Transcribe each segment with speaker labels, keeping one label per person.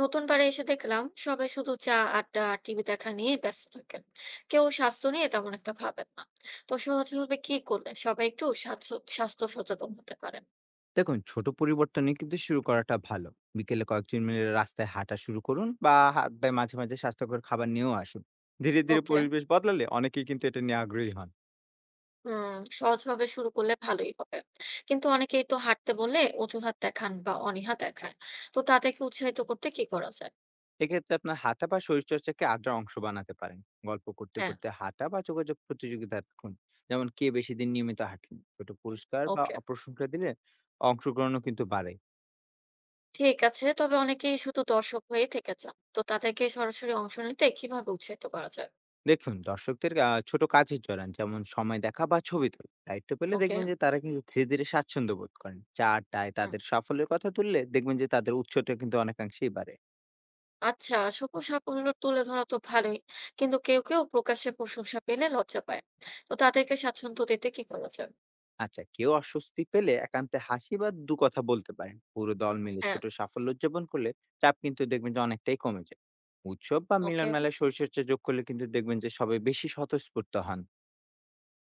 Speaker 1: নতুন পাড়ে এসে দেখলাম সবাই শুধু চা আড্ডা আর টিভি দেখা নিয়ে ব্যস্ত থাকেন। কেউ স্বাস্থ্য নিয়ে তেমন একটা ভাবেন না। তো সহজভাবে কি করলে সবাই একটু স্বাস্থ্য স্বাস্থ্য সচেতন হতে পারেন?
Speaker 2: দেখুন, ছোট পরিবর্তনে কিন্তু শুরু করাটা ভালো। বিকেলে কয়েকজন মিলে রাস্তায় হাঁটা শুরু করুন বা হাঁটায় মাঝে মাঝে স্বাস্থ্যকর খাবার নিয়েও আসুন। ধীরে ধীরে
Speaker 1: ওকে।
Speaker 2: পরিবেশ বদলালে অনেকেই কিন্তু এটা নিয়ে আগ্রহী হন।
Speaker 1: হুম। সহজভাবে শুরু করলে ভালোই হবে, কিন্তু অনেকেই তো হাঁটতে বললে অজুহাত দেখান বা অনীহা দেখায়। তো তাদেরকে উৎসাহিত করতে কি করা যায়?
Speaker 2: এক্ষেত্রে আপনার হাঁটা বা শরীরচর্চাকে আড্ডার অংশ বানাতে পারেন। গল্প করতে
Speaker 1: হ্যাঁ।
Speaker 2: করতে হাঁটা বা যোগাযোগ প্রতিযোগিতা রাখুন, যেমন কে বেশি দিন নিয়মিত হাঁটলেন, ছোট পুরস্কার বা
Speaker 1: ওকে।
Speaker 2: অপ্রশংসা দিলে অংশগ্রহণও কিন্তু বাড়ে।
Speaker 1: ঠিক আছে, তবে অনেকেই শুধু দর্শক হয়ে থেকে যান। তো তাদেরকে সরাসরি অংশ নিতে কিভাবে উৎসাহিত করা যায়?
Speaker 2: দেখুন, দর্শকদের ছোট কাজের জড়ান, যেমন সময় দেখা বা ছবি তোলা দায়িত্ব পেলে
Speaker 1: ওকে।
Speaker 2: দেখবেন যে তারা কিন্তু ধীরে ধীরে স্বাচ্ছন্দ্য বোধ করেন। চা আড্ডায়
Speaker 1: হুম।
Speaker 2: তাদের সাফল্যের কথা তুললে দেখবেন যে তাদের উৎসটা কিন্তু অনেকাংশেই বাড়ে।
Speaker 1: আচ্ছা, অসংখ্য সাফল্য তুলে ধরা তো ভালোই। কিন্তু কেউ কেউ প্রকাশ্যে প্রশংসা পেলে লজ্জা পায়। তো তাদেরকে স্বাচ্ছন্দ্য দিতে কি করা যায়?
Speaker 2: আচ্ছা, কেউ অস্বস্তি পেলে একান্তে হাসি বা দু কথা বলতে পারেন। পুরো দল মিলে
Speaker 1: হ্যাঁ।
Speaker 2: ছোট সাফল্য উদযাপন করলে চাপ কিন্তু দেখবেন যে অনেকটাই কমে যায়। উৎসব বা
Speaker 1: ওকে।
Speaker 2: মিলন মেলায় শরীরচর্চা যোগ করলে কিন্তু দেখবেন যে সবাই বেশি স্বতঃস্ফূর্ত হন।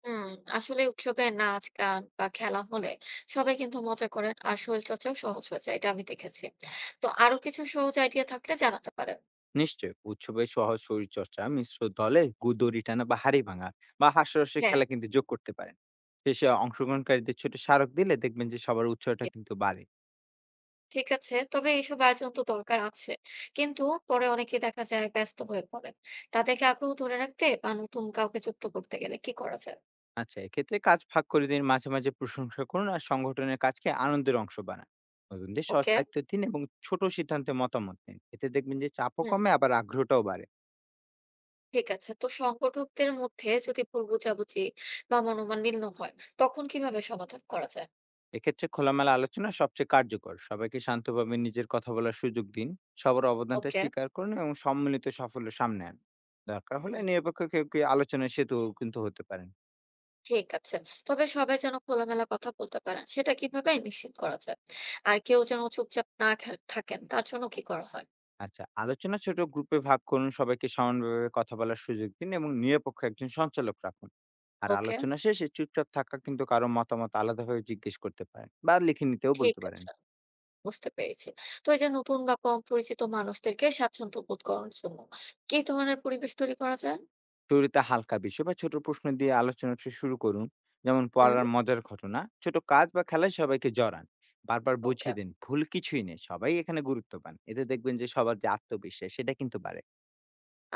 Speaker 1: হুম। আসলে উৎসবে নাচ, গান বা খেলা হলে সবাই কিন্তু মজা করেন আর শরীরচর্চাও সহজ হয়ে যায়। এটা আমি দেখেছি। তো আরো কিছু সহজ আইডিয়া থাকলে জানাতে পারেন।
Speaker 2: নিশ্চয়ই, উৎসবে সহজ শরীরচর্চা, মিশ্র দলে দড়ি টানা বা হাড়ি ভাঙা বা হাস্যরসে
Speaker 1: হ্যাঁ।
Speaker 2: খেলা কিন্তু যোগ করতে পারেন। শেষে অংশগ্রহণকারীদের ছোট স্মারক দিলে দেখবেন যে সবার উৎসাহটা
Speaker 1: জি।
Speaker 2: কিন্তু বাড়ে।
Speaker 1: ঠিক আছে, তবে এইসব আয়োজন তো দরকার আছে। কিন্তু পরে অনেকেই দেখা যায় ব্যস্ত হয়ে পড়েন। তাদেরকে আগ্রহ ধরে রাখতে বা নতুন কাউকে যুক্ত করতে গেলে কি করা যায়?
Speaker 2: আচ্ছা, এক্ষেত্রে কাজ ভাগ করে দিন, মাঝে মাঝে প্রশংসা করুন আর সংগঠনের কাজকে আনন্দের অংশ বানান। নতুনদের সৎ
Speaker 1: ওকে।
Speaker 2: দায়িত্ব দিন এবং ছোট সিদ্ধান্তে মতামত নিন, এতে দেখবেন যে চাপও
Speaker 1: হুম।
Speaker 2: কমে আবার আগ্রহটাও বাড়ে।
Speaker 1: ঠিক আছে। তো সংগঠকদের মধ্যে যদি ভুল বোঝাবুঝি বা মনোমালিন্য হয়, তখন কিভাবে সমাধান করা যায়?
Speaker 2: এক্ষেত্রে খোলামেলা আলোচনা সবচেয়ে কার্যকর। সবাইকে শান্তভাবে নিজের কথা বলার সুযোগ দিন। সবার অবদানটা
Speaker 1: ওকে।
Speaker 2: স্বীকার করুন এবং সম্মিলিত সাফল্য সামনে আনুন। দরকার হলে
Speaker 1: হুম।
Speaker 2: নিরপেক্ষ কেউ কেউ আলোচনার সেতু কিন্তু হতে পারেন।
Speaker 1: ঠিক আছে। তবে সবাই যেন খোলামেলা কথা বলতে পারেন, সেটা কিভাবে নিশ্চিত করা যায়? আর কেউ যেন চুপচাপ না থাকেন, তার জন্য কি করা হয়?
Speaker 2: আচ্ছা, আলোচনা ছোট গ্রুপে ভাগ করুন, সবাইকে সমানভাবে কথা বলার সুযোগ দিন এবং নিরপেক্ষ একজন সঞ্চালক রাখুন। আর
Speaker 1: ওকে।
Speaker 2: আলোচনা শেষে চুপচাপ থাকা কিন্তু কারো মতামত আলাদাভাবে জিজ্ঞেস করতে পারেন বা লিখে নিতেও
Speaker 1: ঠিক
Speaker 2: বলতে পারেন।
Speaker 1: আছে, বুঝতে পেরেছি। তো এই যে নতুন বা কম পরিচিত মানুষদেরকে স্বাচ্ছন্দ্য বোধ করানোর জন্য কি ধরনের পরিবেশ তৈরি করা যায়?
Speaker 2: শুরুতে হালকা বিষয় বা ছোট প্রশ্ন দিয়ে আলোচনাটা শুরু করুন, যেমন
Speaker 1: হুম।
Speaker 2: পড়ার মজার ঘটনা, ছোট কাজ বা খেলায় সবাইকে জড়ান। বারবার
Speaker 1: ওকে।
Speaker 2: বুঝিয়ে দিন ভুল কিছুই নেই, সবাই এখানে গুরুত্ব পান, এতে দেখবেন যে সবার যে আত্মবিশ্বাস সেটা কিন্তু বাড়ে।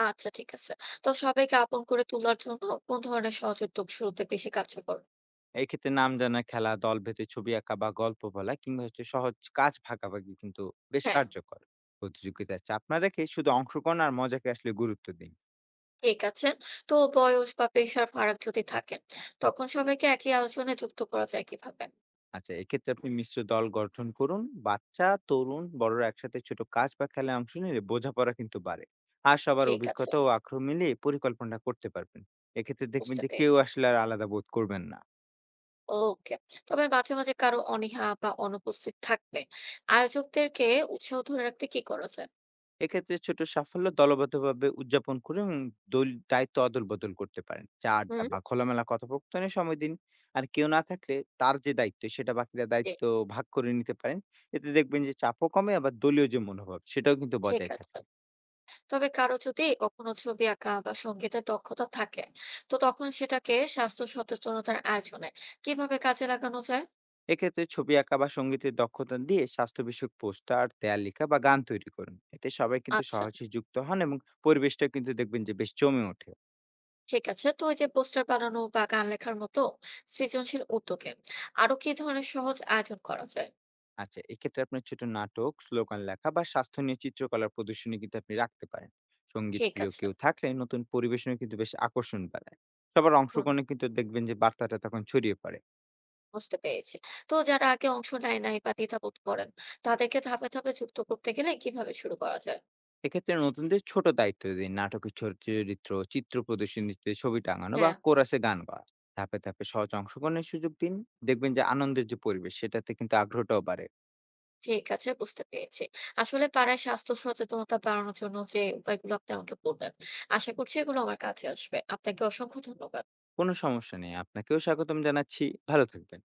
Speaker 1: আচ্ছা, ঠিক আছে। তো সবাইকে আপন করে তোলার জন্য কোন ধরনের সহজ উদ্যোগ শুরুতে বেশি কার্যকর?
Speaker 2: এই ক্ষেত্রে নাম জানা খেলা, দল ভেদে ছবি আঁকা বা গল্প বলা কিংবা সহজ কাজ ভাগাভাগি কিন্তু বেশ
Speaker 1: হ্যাঁ।
Speaker 2: কার্যকর। প্রতিযোগিতার চাপ না রেখে শুধু অংশগ্রহণ আর মজাকে আসলে গুরুত্ব দিন।
Speaker 1: ঠিক আছে। তো বয়স বা পেশার ফারাক যদি থাকে, তখন সবাইকে একই আলোচনায় যুক্ত করা যায় কিভাবে?
Speaker 2: আচ্ছা, এক্ষেত্রে আপনি মিশ্র দল গঠন করুন। বাচ্চা, তরুণ, বড়রা একসাথে ছোট কাজ বা খেলায় অংশ নিলে বোঝাপড়া কিন্তু বাড়ে। আর সবার
Speaker 1: ঠিক আছে,
Speaker 2: অভিজ্ঞতা ও আগ্রহ মিলিয়ে পরিকল্পনা করতে পারবেন। এক্ষেত্রে দেখবেন
Speaker 1: বুঝতে
Speaker 2: যে কেউ
Speaker 1: পেরেছি।
Speaker 2: আসলে আর আলাদা বোধ করবেন না।
Speaker 1: ওকে। তবে মাঝে মাঝে কারো অনীহা বা অনুপস্থিত থাকবে, আয়োজকদেরকে উৎসাহ ধরে রাখতে কি করা যায়?
Speaker 2: এক্ষেত্রে ছোট সাফল্য দলবদ্ধভাবে উদযাপন করে এবং দল দায়িত্ব অদল-বদল করতে পারেন। চা আড্ডা
Speaker 1: হুম।
Speaker 2: বা খোলামেলা কথোপকথনে সময় দিন। আর কেউ না থাকলে তার যে দায়িত্ব সেটা বাকিরা
Speaker 1: জি।
Speaker 2: দায়িত্ব ভাগ করে নিতে পারেন। এতে দেখবেন যে চাপও কমে আবার দলীয় যে মনোভাব সেটাও কিন্তু
Speaker 1: ঠিক
Speaker 2: বজায়
Speaker 1: আছে,
Speaker 2: থাকে।
Speaker 1: তবে কারো যদি কখনো ছবি আঁকা বা সঙ্গীতের দক্ষতা থাকে, তো তখন সেটাকে স্বাস্থ্য সচেতনতার আয়োজনে কিভাবে কাজে লাগানো যায়?
Speaker 2: এক্ষেত্রে ছবি আঁকা বা সঙ্গীতের দক্ষতা দিয়ে স্বাস্থ্য বিষয়ক পোস্টার, দেয়াল লেখা বা গান তৈরি করুন, এতে সবাই কিন্তু
Speaker 1: আচ্ছা।
Speaker 2: সহজে যুক্ত হন এবং পরিবেশটা কিন্তু দেখবেন যে বেশ জমে ওঠে।
Speaker 1: ঠিক আছে, তো ওই যে পোস্টার বানানো বা গান লেখার মতো সৃজনশীল উদ্যোগে আরো কি ধরনের সহজ আয়োজন করা যায়?
Speaker 2: আচ্ছা, এক্ষেত্রে আপনার ছোট নাটক, স্লোগান লেখা বা স্বাস্থ্য নিয়ে চিত্রকলার প্রদর্শনী কিন্তু আপনি রাখতে পারেন। সঙ্গীত
Speaker 1: ঠিক
Speaker 2: প্রিয়
Speaker 1: আছে।
Speaker 2: কেউ থাকলে নতুন পরিবেশনে কিন্তু বেশ আকর্ষণ বাড়ায়। সবার
Speaker 1: হুম।
Speaker 2: অংশগ্রহণে কিন্তু দেখবেন যে বার্তাটা তখন ছড়িয়ে পড়ে।
Speaker 1: বুঝতে পেরেছি। তো যারা আগে অংশ নেয় নাই বা দ্বিধাবোধ করেন, তাদেরকে ধাপে ধাপে যুক্ত করতে গেলে কিভাবে শুরু করা যায়?
Speaker 2: এক্ষেত্রে নতুনদের ছোট দায়িত্ব দিন, নাটকের ছোট চরিত্র, চিত্র প্রদর্শনীতে ছবি টাঙানো বা
Speaker 1: হ্যাঁ।
Speaker 2: কোরাসে গান গাওয়া, ধাপে ধাপে সহজ অংশগ্রহণের সুযোগ দিন। দেখবেন যে আনন্দের যে পরিবেশ সেটাতে কিন্তু আগ্রহটাও বাড়ে।
Speaker 1: ঠিক আছে, বুঝতে পেরেছি। আসলে পাড়ায় স্বাস্থ্য সচেতনতা বাড়ানোর জন্য যে উপায়গুলো আপনি আমাকে বললেন, আশা করছি এগুলো আমার কাছে আসবে। আপনাকে অসংখ্য ধন্যবাদ।
Speaker 2: কোনো সমস্যা নেই, আপনাকেও স্বাগতম জানাচ্ছি। ভালো থাকবেন।